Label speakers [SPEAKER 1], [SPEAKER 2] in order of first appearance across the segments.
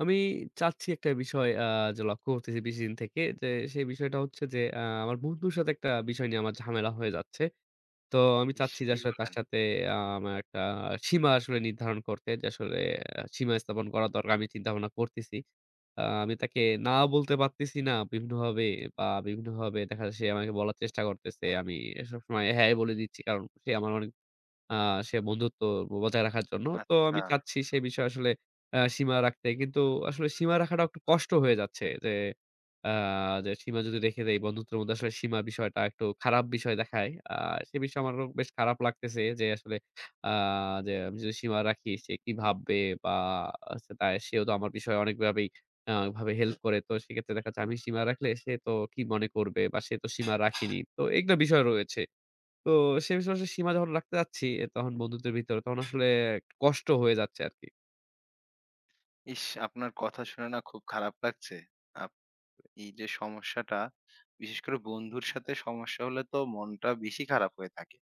[SPEAKER 1] আমি চাচ্ছি একটা বিষয় যে লক্ষ্য করতেছি বেশিদিন থেকে যে, সেই বিষয়টা হচ্ছে যে আমার বন্ধুর সাথে একটা বিষয় নিয়ে আমার ঝামেলা হয়ে যাচ্ছে। তো আমি
[SPEAKER 2] ইস!
[SPEAKER 1] চাচ্ছি যে
[SPEAKER 2] কি
[SPEAKER 1] আসলে তার
[SPEAKER 2] বলেন?
[SPEAKER 1] সাথে আমার একটা সীমা আসলে নির্ধারণ করতে যে আসলে সীমা স্থাপন করা দরকার। আমি চিন্তাভাবনা করতেছি। আমি তাকে না বলতে পারতেছি না বিভিন্নভাবে বা বিভিন্নভাবে দেখা যায় সে আমাকে বলার চেষ্টা করতেছে। আমি সবসময় হ্যাঁই বলে দিচ্ছি কারণ সে আমার অনেক আ সে বন্ধুত্ব বজায় রাখার জন্য। তো
[SPEAKER 2] আচ্ছা।
[SPEAKER 1] আমি চাচ্ছি সে বিষয়ে আসলে সীমা রাখতে। কিন্তু আসলে সীমা রাখাটাও একটু কষ্ট হয়ে যাচ্ছে যে, আ যে সীমা যদি রেখে দেই বন্ধুত্বের মধ্যে আসলে সীমা বিষয়টা একটু খারাপ বিষয় দেখায়। সে বিষয়ে আমারও বেশ খারাপ লাগতেছে যে আসলে আ যে আমি যদি সীমা রাখি সে কি ভাববে বা আচ্ছা তাই সেও তো আমার বিষয়ে অনেকভাবেই ভাবে হেল্প করে। তো সেক্ষেত্রে দেখা যাচ্ছে আমি সীমা রাখলে সে তো কি মনে করবে বা সে তো সীমা রাখিনি। তো এগুলো বিষয় রয়েছে। তো সে বিষয়ে সীমা যখন রাখতে যাচ্ছি তখন বন্ধুত্বের ভিতরে তখন আসলে একটু কষ্ট হয়ে যাচ্ছে আরকি।
[SPEAKER 2] ইস! আপনার কথা শুনে না খুব খারাপ লাগছে। আপ এই যে সমস্যাটা, বিশেষ করে বন্ধুর সাথে সমস্যা হলে তো মনটা বেশি খারাপ হয়ে থাকে।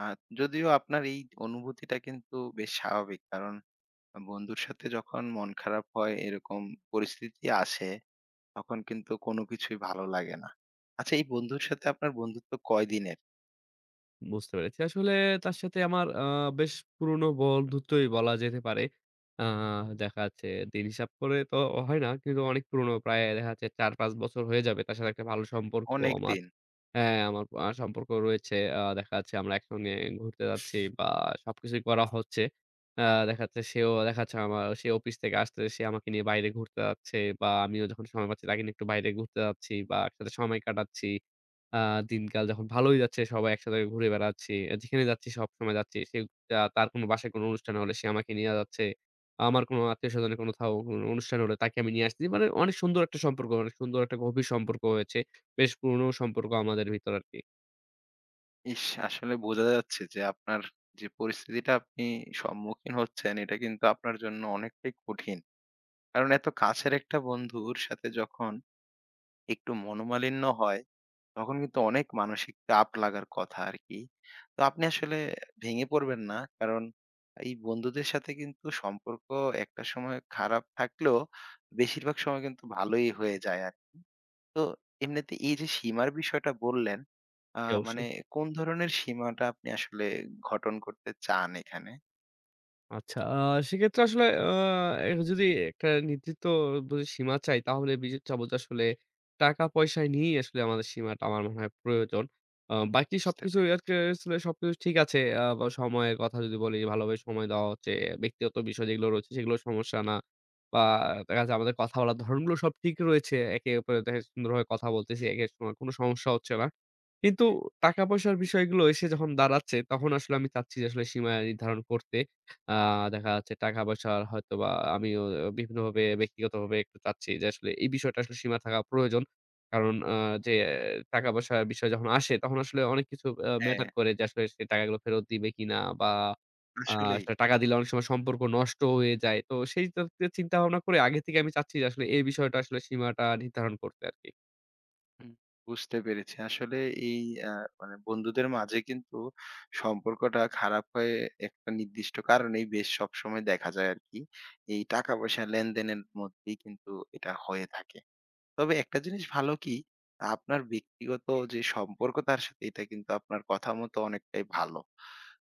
[SPEAKER 2] আ যদিও আপনার এই অনুভূতিটা কিন্তু বেশ স্বাভাবিক। কারণ বন্ধুর সাথে যখন মন খারাপ হয় এরকম পরিস্থিতি আসে, তখন কিন্তু কোনো কিছুই ভালো লাগে না। আচ্ছা এই বন্ধুর সাথে আপনার বন্ধুত্ব কয়দিনের?
[SPEAKER 1] বুঝতে পেরেছি। আসলে তার সাথে আমার বেশ পুরনো বন্ধুত্বই বলা যেতে পারে। আ দেখা যাচ্ছে দিন হিসাব করে তো হয় না। কিন্তু অনেক পুরনো প্রায় দেখা যাচ্ছে ৪-৫ বছর হয়ে যাবে। তার সাথে একটা ভালো সম্পর্ক আমার।
[SPEAKER 2] অনেকদিন।
[SPEAKER 1] হ্যাঁ, আমার সম্পর্ক রয়েছে। দেখা যাচ্ছে আমরা একসঙ্গে ঘুরতে যাচ্ছি বা সবকিছুই করা হচ্ছে। আ দেখা যাচ্ছে সেও দেখা যাচ্ছে আমার সে অফিস থেকে আসতে সে আমাকে নিয়ে বাইরে ঘুরতে যাচ্ছে বা আমিও যখন সময় পাচ্ছি তাকে নিয়ে একটু বাইরে ঘুরতে যাচ্ছি বা একসাথে সময় কাটাচ্ছি। আ দিনকাল যখন ভালোই যাচ্ছে, সবাই একসাথে ঘুরে বেড়াচ্ছি। যেখানে যাচ্ছি সবসময় যাচ্ছি। সে তার কোনো বাসায় কোনো অনুষ্ঠান হলে সে আমাকে নিয়ে যাচ্ছে। আমার কোনো আত্মীয়স্বজনের কোথাও কোনো অনুষ্ঠান হলে তাকে আমি নিয়ে আসছি। মানে অনেক সুন্দর একটা সম্পর্ক, অনেক সুন্দর একটা গভীর সম্পর্ক হয়েছে। বেশ পুরনো সম্পর্ক আমাদের ভিতর আরকি।
[SPEAKER 2] ইস! আসলে বোঝা যাচ্ছে যে আপনার যে পরিস্থিতিটা আপনি সম্মুখীন হচ্ছেন, এটা কিন্তু আপনার জন্য অনেকটাই কঠিন। কারণ এত কাছের একটা বন্ধুর সাথে যখন একটু মনোমালিন্য হয়, তখন কিন্তু অনেক মানসিক চাপ লাগার কথা আরকি। তো আপনি আসলে ভেঙে পড়বেন না। কারণ এই বন্ধুদের সাথে কিন্তু সম্পর্ক একটা সময় খারাপ থাকলেও বেশিরভাগ সময় কিন্তু ভালোই হয়ে যায় আরকি। তো এমনিতে এই যে সীমার বিষয়টা বললেন, আ
[SPEAKER 1] জি,
[SPEAKER 2] মানে
[SPEAKER 1] অবশ্যই।
[SPEAKER 2] কোন ধরনের সীমাটা আপনি আসলে গঠন করতে চান এখানে?
[SPEAKER 1] আচ্ছা, সেক্ষেত্রে আসলে এ যদি একটা নির্দিষ্ট যদি সীমা চাই তাহলে বিজে চাবো যে আসলে টাকা-পয়সা নিয়েই আসলে আমাদের সীমাটা আমার মনে হয় প্রয়োজন। বাকি
[SPEAKER 2] বুঝতে
[SPEAKER 1] সবকিছু আজকে
[SPEAKER 2] পেরেছি।
[SPEAKER 1] আসলে সবকিছু ঠিক আছে। বা সময়ের কথা যদি বলি ভালোভাবে সময় দেওয়া হচ্ছে। ব্যক্তিগত বিষয় যেগুলো রয়েছে সেগুলো সমস্যা না। বা দেখা যাচ্ছে আমাদের কথা বলার ধরনগুলো সব ঠিক রয়েছে। একে অপরের দেখা যাচ্ছে সুন্দরভাবে কথা বলতেছি। একের সময় কোনো সমস্যা হচ্ছে না। কিন্তু টাকা পয়সার বিষয়গুলো এসে যখন দাঁড়াচ্ছে, তখন আসলে আমি চাচ্ছি যে আসলে সীমা নির্ধারণ করতে। আ দেখা যাচ্ছে টাকা পয়সার হয়তোবা আমিও বিভিন্নভাবে ব্যক্তিগতভাবে একটু চাচ্ছি যে আসলে এই বিষয়টা আসলে সীমা থাকা প্রয়োজন। কারণ যে টাকা পয়সার বিষয় যখন আসে তখন আসলে অনেক কিছু
[SPEAKER 2] হ্যাঁ,
[SPEAKER 1] ম্যাটার করে যে আসলে সে টাকাগুলো ফেরত দিবে কিনা বা আ
[SPEAKER 2] আসলেই।
[SPEAKER 1] আসলে টাকা দিলে অনেক সময় সম্পর্ক নষ্ট হয়ে যায়। তো সেই চিন্তা ভাবনা করে আগে থেকে আমি চাচ্ছি যে আসলে এই বিষয়টা আসলে সীমাটা নির্ধারণ করতে আরকি।
[SPEAKER 2] হুম। বুঝতে পেরেছি। আসলে এই আ মানে বন্ধুদের মাঝে কিন্তু সম্পর্কটা খারাপ হয়ে একটা নির্দিষ্ট কারণেই বেশ সবসময় দেখা যায় আরকি। এই টাকা-পয়সা লেনদেনের মধ্যেই কিন্তু এটা হয়ে থাকে। তবে একটা জিনিস ভালো কি, আপনার ব্যক্তিগত যে সম্পর্ক তার সাথে এটা কিন্তু আপনার কথা মতো অনেকটাই ভালো।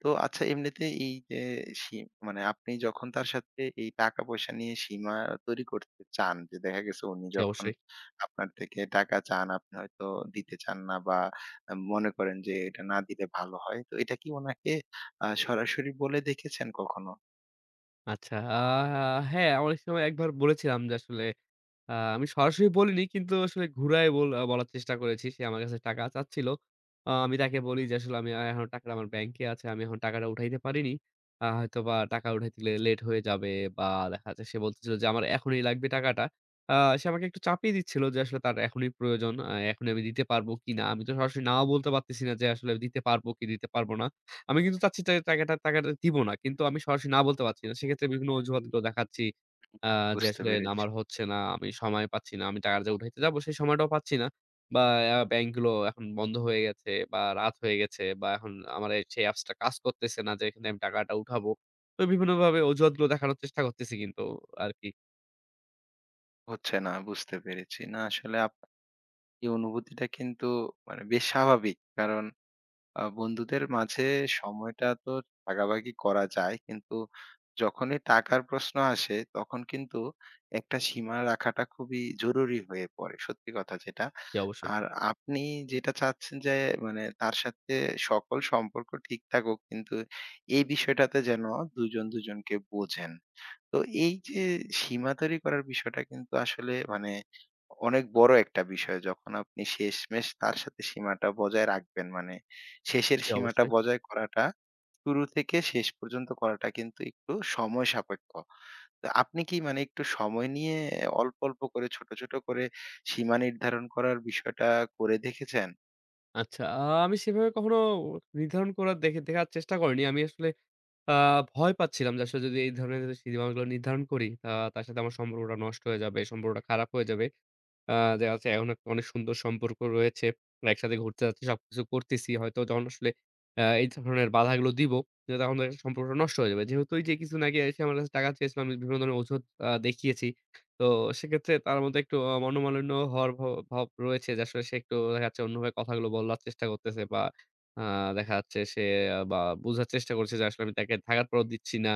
[SPEAKER 2] তো আচ্ছা এমনিতে এই যে সি মানে আপনি যখন তার সাথে এই টাকা-পয়সা নিয়ে সীমা তৈরি করতে চান, যে দেখা গেছে উনি
[SPEAKER 1] জি,
[SPEAKER 2] যখন
[SPEAKER 1] অবশ্যই।
[SPEAKER 2] আপনার থেকে টাকা চান, আপনি হয়তো দিতে চান না বা মনে করেন যে এটা না দিলে ভালো হয়। তো এটা কি উনাকে সরাসরি বলে দেখেছেন কখনো?
[SPEAKER 1] আচ্ছা। হ্যাঁ, অনেক সময় একবার বলেছিলাম যে আসলে, আমি সরাসরি বলিনি কিন্তু আসলে ঘুরায় বল আ বলার চেষ্টা করেছি। সে আমার কাছে টাকা চাচ্ছিল। আমি তাকে বলি যে, "আসলে আমি এখন টাকাটা আমার ব্যাংকে আছে। আমি এখন টাকাটা উঠাইতে পারিনি। হয়তোবা টাকা উঠাইতে গেলে লেট হয়ে যাবে" বা দেখা যাচ্ছে সে বলতেছিল যে, "আমার এখনই লাগবে টাকাটা।" আ সে আমাকে একটু চাপিয়ে দিচ্ছিল যে, আসলে তার এখনই প্রয়োজন। এখনই আমি দিতে পারবো কিনা। আমি তো সরাসরি নাও বলতে পারতেছি না যে, আসলে দিতে পারবো কি দিতে পারবো না। আমি কিন্তু চাচ্ছি টা টাকাটা টাকাটা দিব না। কিন্তু আমি সরাসরি না বলতে পারছি না। সেক্ষেত্রে বিভিন্ন অজুহাতগুলো দেখাচ্ছি। আ যে
[SPEAKER 2] বুঝতে
[SPEAKER 1] আসলে
[SPEAKER 2] পেরেছি।
[SPEAKER 1] আমার হচ্ছে না, আমি সময় পাচ্ছি না। আমি টাকাটা যে উঠাইতে যাবো সেই সময়টাও পাচ্ছি না। বা ব্যাংকগুলো এখন বন্ধ হয়ে গেছে বা রাত হয়ে গেছে বা এখন আমার এই সেই অ্যাপসটা কাজ করতেছে না যে এখানে আমি টাকাটা উঠাবো। তো বিভিন্নভাবে অজুহাতগুলো দেখানোর চেষ্টা করতেছি কিন্তু আরকি।
[SPEAKER 2] হচ্ছে না, বুঝতে পেরেছি। না আসলে এই অনুভূতিটা কিন্তু মানে বেশ স্বাভাবিক। কারণ বন্ধুদের মাঝে সময়টা তো ভাগাভাগি করা যায়। কিন্তু যখনই টাকার প্রশ্ন আসে তখন কিন্তু একটা সীমা রাখাটা খুবই জরুরি হয়ে পড়ে। সত্যি কথা যেটা।
[SPEAKER 1] জি অবশ্যই,
[SPEAKER 2] আর আপনি যেটা চাচ্ছেন যে মানে তার সাথে সকল সম্পর্ক ঠিক থাকুক। কিন্তু এই বিষয়টাতে যেন ২ জন ২ জনকে বোঝেন। তো এই যে সীমা তৈরি করার বিষয়টা কিন্তু আসলে মানে অনেক বড় একটা বিষয় যখন আপনি শেষমেশ তার সাথে সীমাটা বজায় রাখবেন মানে শেষের
[SPEAKER 1] জি
[SPEAKER 2] সীমাটা
[SPEAKER 1] অবশ্যই।
[SPEAKER 2] বজায় করাটা শুরু থেকে শেষ পর্যন্ত করাটা কিন্তু একটু সময় সাপেক্ষ। তো আপনি কি মানে একটু সময় নিয়ে অল্প অল্প করে ছোট ছোট করে সীমা নির্ধারণ করার বিষয়টা করে দেখেছেন?
[SPEAKER 1] আচ্ছা আমি সেভাবে কখনো নির্ধারণ করার দেখার চেষ্টা করিনি। আমি আসলে আ ভয় পাচ্ছিলাম যে আসলে যদি এই ধরনের যদি সীমাগুলো নির্ধারণ করি তার সাথে আমার সম্পর্কটা নষ্ট হয়ে যাবে, সম্পর্কটা খারাপ হয়ে যাবে। আ দেখা যাচ্ছে এখন একটা অনেক সুন্দর সম্পর্ক রয়েছে। একসাথে ঘুরতে যাচ্ছি, সবকিছু করতেছি। হয়তো যখন আসলে এই ধরনের বাধাগুলো দিব, যে তখন দেখা যাচ্ছে সম্পর্কটা নষ্ট হয়ে যাবে। যেহেতু এই যে কিছুদিন আগে এসে আমার কাছে টাকা চেয়েছিল, আমি বিভিন্ন ধরনের অজুহাত দেখিয়েছি। তো সেক্ষেত্রে তার মধ্যে একটু মনোমালিন্য হওয়ার ভাব রয়েছে যে আসলে সে একটু দেখা যাচ্ছে অন্যভাবে কথাগুলো বলার চেষ্টা করতেছে বা আ দেখা যাচ্ছে সে বা বোঝার চেষ্টা করছে যে আসলে আমি তাকে থাকার পরও দিচ্ছি না।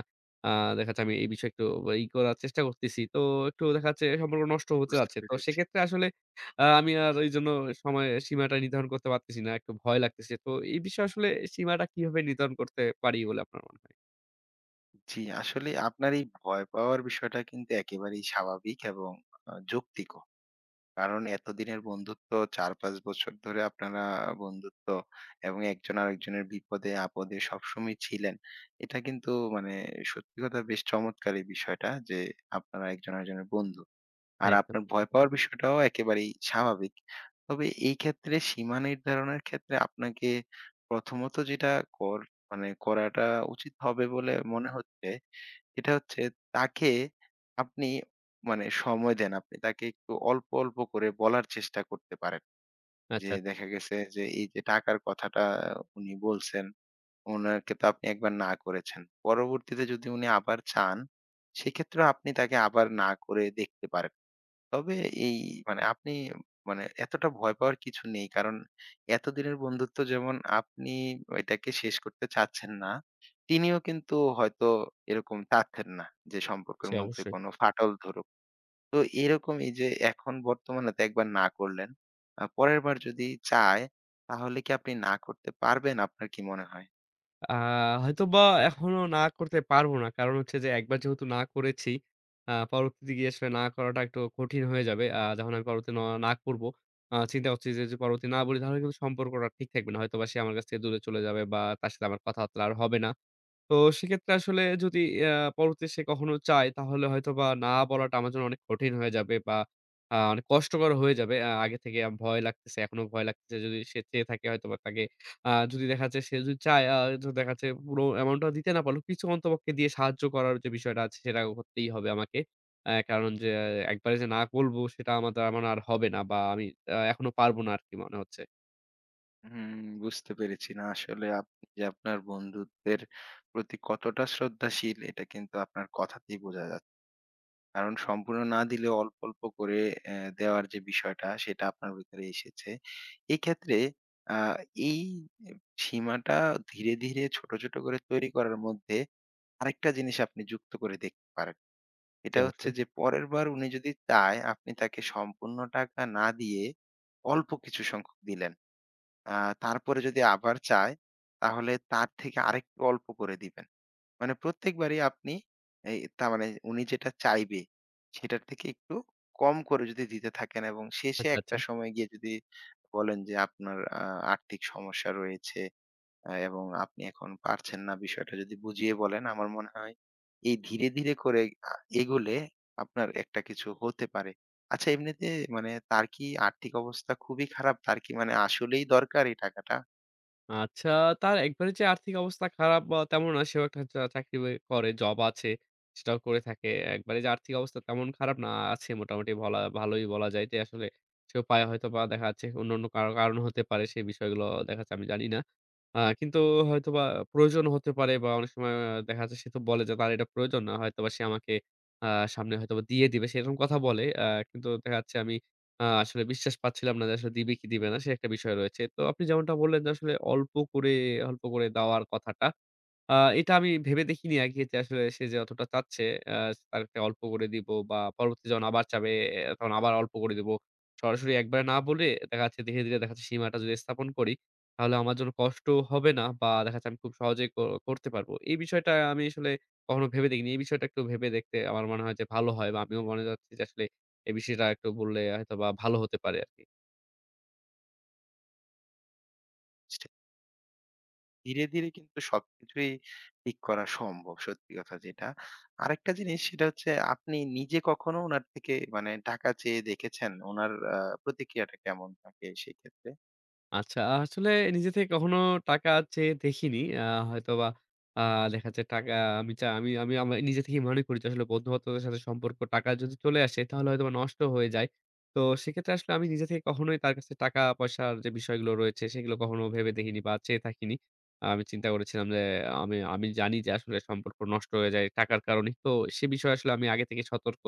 [SPEAKER 1] আ দেখা যাচ্ছে আমি এই বিষয়ে একটু ই করার চেষ্টা করতেছি। তো একটু দেখা যাচ্ছে সম্পর্ক নষ্ট হতে
[SPEAKER 2] বুঝতে
[SPEAKER 1] যাচ্ছে। তো
[SPEAKER 2] পেরেছি।
[SPEAKER 1] সেক্ষেত্রে আসলে আমি আর ঐজন্য সময়ের সীমাটা নির্ধারণ করতে পারতেছি না। একটু ভয় লাগতেছে। তো এই বিষয়ে আসলে সীমাটা কিভাবে নির্ধারণ করতে পারি বলে আপনার মনে হয়?
[SPEAKER 2] জি, আসলে আপনার এই ভয় পাওয়ার বিষয়টা কিন্তু একেবারেই স্বাভাবিক এবং যৌক্তিক। কারণ এতদিনের বন্ধুত্ব ৪-৫ বছর ধরে আপনারা বন্ধুত্ব এবং একজন আরেকজনের বিপদে আপদে সবসময় ছিলেন। এটা কিন্তু মানে সত্যি কথা বেশ চমৎকার এই বিষয়টা যে আপনারা একজন আরেকজনের বন্ধু। আর
[SPEAKER 1] একদম।
[SPEAKER 2] আপনার ভয় পাওয়ার বিষয়টাও একেবারেই স্বাভাবিক। তবে এই ক্ষেত্রে সীমা নির্ধারণের ক্ষেত্রে আপনাকে প্রথমত যেটা কর মানে করাটা উচিত হবে বলে মনে হচ্ছে এটা হচ্ছে তাকে আপনি মানে সময় দেন। আপনি তাকে একটু অল্প, অল্প করে বলার চেষ্টা করতে পারেন। যে
[SPEAKER 1] আচ্ছা, আচ্ছা।
[SPEAKER 2] দেখা গেছে যে এই যে টাকার কথাটা উনি বলছেন, উনাকে তো আপনি একবার না করেছেন। পরবর্তীতে যদি উনি আবার চান, সেক্ষেত্রেও আপনি তাকে আবার না করে দেখতে পারেন। তবে এই মানে আপনি মানে এতটা ভয় পাওয়ার কিছু নেই। কারণ এতদিনের বন্ধুত্ব যেমন আপনি এটাকে শেষ করতে চাচ্ছেন না, তিনিও কিন্তু হয়তো এরকম চাচ্ছেন না যে সম্পর্কের
[SPEAKER 1] জি,
[SPEAKER 2] মধ্যে
[SPEAKER 1] অবশ্যই।
[SPEAKER 2] কোনো ফাটল ধরুক। তো এরকম এই যে এখন বর্তমানে তো একবার না করলেন। পরের বার যদি চায় তাহলে কি আপনি না করতে পারবেন? আপনার কি মনে হয়?
[SPEAKER 1] আ হয়তোবা এখনো না করতে পারবো না। কারণ হচ্ছে যে একবার যেহেতু না করেছি, পরবর্তীতে গিয়ে আসলে না করাটা একটু কঠিন হয়ে যাবে। যখন আমি পরবর্তীতে না করবো, চিন্তা করছি যে যদি পরবর্তী না বলি তাহলে কিন্তু সম্পর্কটা ঠিক থাকবে না। হয়তোবা সে আমার কাছ থেকে দূরে চলে যাবে বা তার সাথে আমার কথাবার্তা আর হবে না। তো সেক্ষেত্রে আসলে যদি আ পরবর্তীতে সে কখনো চায়, তাহলে হয়তোবা না বলাটা আমার জন্য অনেক কঠিন হয়ে যাবে বা অনেক কষ্টকর হয়ে যাবে। আগে থেকে ভয় লাগতেছে, এখনো ভয় লাগতেছে। যদি সে চেয়ে থাকে হয়তোবা তাকে যদি দেখা যাচ্ছে সে যদি চায় যদি দেখা যাচ্ছে পুরো অ্যামাউন্টটা দিতে না পারলেও কিছু অন্তপক্ষে দিয়ে সাহায্য করার যে বিষয়টা আছে সেটা করতেই হবে আমাকে। কারণ যে একবারে যে না বলব সেটা আমার দ্বারা আমার আর হবে না বা আমি এখনো পারব না আরকি মনে হচ্ছে।
[SPEAKER 2] হুম, বুঝতে পেরেছি। না আসলে আপনি যে আপনার বন্ধুত্বের প্রতি কতটা শ্রদ্ধাশীল এটা কিন্তু আপনার কথাতেই বোঝা যাচ্ছে। কারণ সম্পূর্ণ না দিলেও অল্প, অল্প করে দেওয়ার যে বিষয়টা সেটা আপনার ভেতরে এসেছে। এক্ষেত্রে আ এই এ সীমাটা ধীরে, ধীরে ছোট, ছোট করে তৈরি করার মধ্যে আরেকটা জিনিস আপনি যুক্ত করে দেখতে পারেন।
[SPEAKER 1] জি,
[SPEAKER 2] এটা হচ্ছে
[SPEAKER 1] অবশ্যই।
[SPEAKER 2] যে পরের বার উনি যদি চায় আপনি তাকে সম্পূর্ণ টাকা না দিয়ে অল্প কিছু সংখ্যক দিলেন। আ তারপরে যদি আবার চায়, তাহলে তার থেকে আরেকটু অল্প করে দিবেন। মানে প্রত্যেকবারই আপনি এই তার মানে উনি যেটা চাইবে, সেটার থেকে একটু কম করে যদি দিতে থাকেন এবং শেষে
[SPEAKER 1] আচ্ছা, আচ্ছা।
[SPEAKER 2] একটা সময় গিয়ে যদি বলেন যে আপনার আর্থিক সমস্যা রয়েছে এবং আপনি এখন পারছেন না বিষয়টা যদি বুঝিয়ে বলেন, আমার মনে হয় এই ধীরে, ধীরে করে আ এগোলে আপনার একটা কিছু হতে পারে। আচ্ছা এমনিতে মানে তার কি আর্থিক অবস্থা খুবই খারাপ? তার কি মানে আসলেই দরকার এই টাকাটা?
[SPEAKER 1] আচ্ছা, তার একবারে যে আর্থিক অবস্থা খারাপ বা তেমন না। সেও একটা চাকরি বাকরি করে, জব আছে। সেটাও করে থাকে। একবারে যে আর্থিক অবস্থা তেমন খারাপ না। আছে মোটামুটি বলা ভালোই বলা যায় যে আসলে সেও পায় হয়তোবা দেখা যাচ্ছে অন্যান্য কারো কারণ হতে পারে। সেই বিষয়গুলো দেখা যাচ্ছে আমি জানি না। কিন্তু হয়তোবা প্রয়োজন হতে পারে বা অনেক সময় দেখা যাচ্ছে সে তো বলে যে, "তার এটা প্রয়োজন না। হয়তোবা সে আমাকে আ সামনে হয়তোবা দিয়ে দিবে।" সেরকম কথা বলে। কিন্তু দেখা যাচ্ছে আমি আসলে বিশ্বাস পাচ্ছিলাম না যে আসলে দিবে কি দিবে না সে একটা বিষয় রয়েছে। তো আপনি যেমনটা বললেন যে আসলে অল্প করে, অল্প করে দেওয়ার কথাটা। আ এটা আমি ভেবে দেখিনি আগে যে আসলে সে যে অতটা চাচ্ছে আ তাকে অল্প করে দিব বা পরবর্তীতে যখন আবার চাবে তখন আবার অল্প করে দিব। সরাসরি একবারে না বলে দেখা যাচ্ছে ধীরে, ধীরে দেখা যাচ্ছে সীমাটা যদি স্থাপন করি, তাহলে আমার জন্য কষ্টও হবে না বা দেখা যাচ্ছে আমি খুব সহজেই করতে পারবো। এই বিষয়টা আমি আসলে কখনো ভেবে দেখিনি। এই বিষয়টা একটু ভেবে দেখতে আমার মনে হয় যে ভালো হয় বা আমিও মনে চাচ্ছি যে আসলে এই বিষয়টা একটু বললে হয়তোবা ভালো হতে পারে আরকি।
[SPEAKER 2] সেটা ধীরে, ধীরে কিন্তু সবকিছুই ঠিক করা সম্ভব, সত্যি কথা যেটা। আরেকটা জিনিস সেটা হচ্ছে আপনি নিজে কখনো উনার থেকে মানে টাকা চেয়ে দেখেছেন? উনার প্রতিক্রিয়াটা কেমন থাকে সেক্ষেত্রে?
[SPEAKER 1] আচ্ছা, আসলে নিজে থেকে কখনো টাকা চেয়ে দেখিনি। হয়তোবা আ দেখা যাচ্ছে আমি চা আমি আমি আমার নিজে থেকেই মনে করি যে আসলে বন্ধু-বান্ধবদের সাথে সম্পর্ক টাকা যদি চলে আসে তাহলে হয়তোবা নষ্ট হয়ে যায়। তো সেক্ষেত্রে আসলে আমি নিজে থেকে কখনোই তার কাছে টাকা-পয়সার যে বিষয়গুলো রয়েছে সেগুলো কখনো ভেবে দেখিনি বা চেয়ে থাকিনি। আমি চিন্তা করেছিলাম যে আমি আমি জানি যে আসলে সম্পর্ক নষ্ট হয়ে যায় টাকার কারণে। তো সে বিষয়ে আসলে আমি আগে থেকে সতর্ক।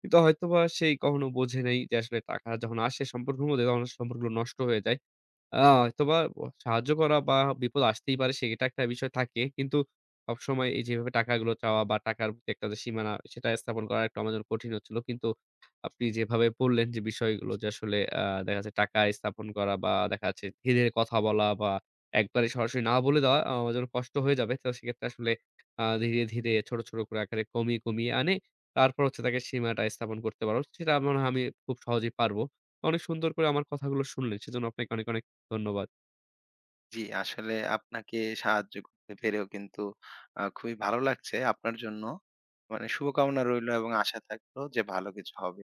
[SPEAKER 1] কিন্তু হয়তোবা সেই কখনো বোঝে নাই যে আসলে টাকা যখন আসে সম্পর্কের মধ্যে তখন সম্পর্কগুলো নষ্ট হয়ে যায়। হয়তোবা সাহায্য করা বা বিপদ আসতেই পারে সেটা একটা বিষয় থাকে। কিন্তু সবসময় এই যেভাবে টাকাগুলো চাওয়া বা টাকার প্রতি একটা যে সীমানা সেটা স্থাপন করা একটু আমার জন্য কঠিন হচ্ছিল। কিন্তু আপনি যেভাবে বললেন যে বিষয়গুলো যে আসলে দেখা যাচ্ছে টাকা স্থাপন করা বা দেখা যাচ্ছে ধীরে, ধীরে কথা বলা বা একবারে সরাসরি না বলে দেওয়া আমার জন্য কষ্ট হয়ে যাবে। তো সেক্ষেত্রে আসলে ধীরে, ধীরে ছোট, ছোট করে আকারে কমিয়ে, কমিয়ে আনে। তারপর হচ্ছে তাকে সীমাটা স্থাপন করতে পারব। সেটা মনে হয় আমি খুব সহজেই পারব। অনেক সুন্দর করে আমার কথাগুলো শুনলেন। সেজন্য আপনাকে অনেক, অনেক ধন্যবাদ।
[SPEAKER 2] জি, আসলে আপনাকে সাহায্য করতে পেরেও কিন্তু খুবই ভালো লাগছে আপনার জন্য। মানে শুভকামনা রইলো এবং আশা থাকলো যে ভালো কিছু হবে।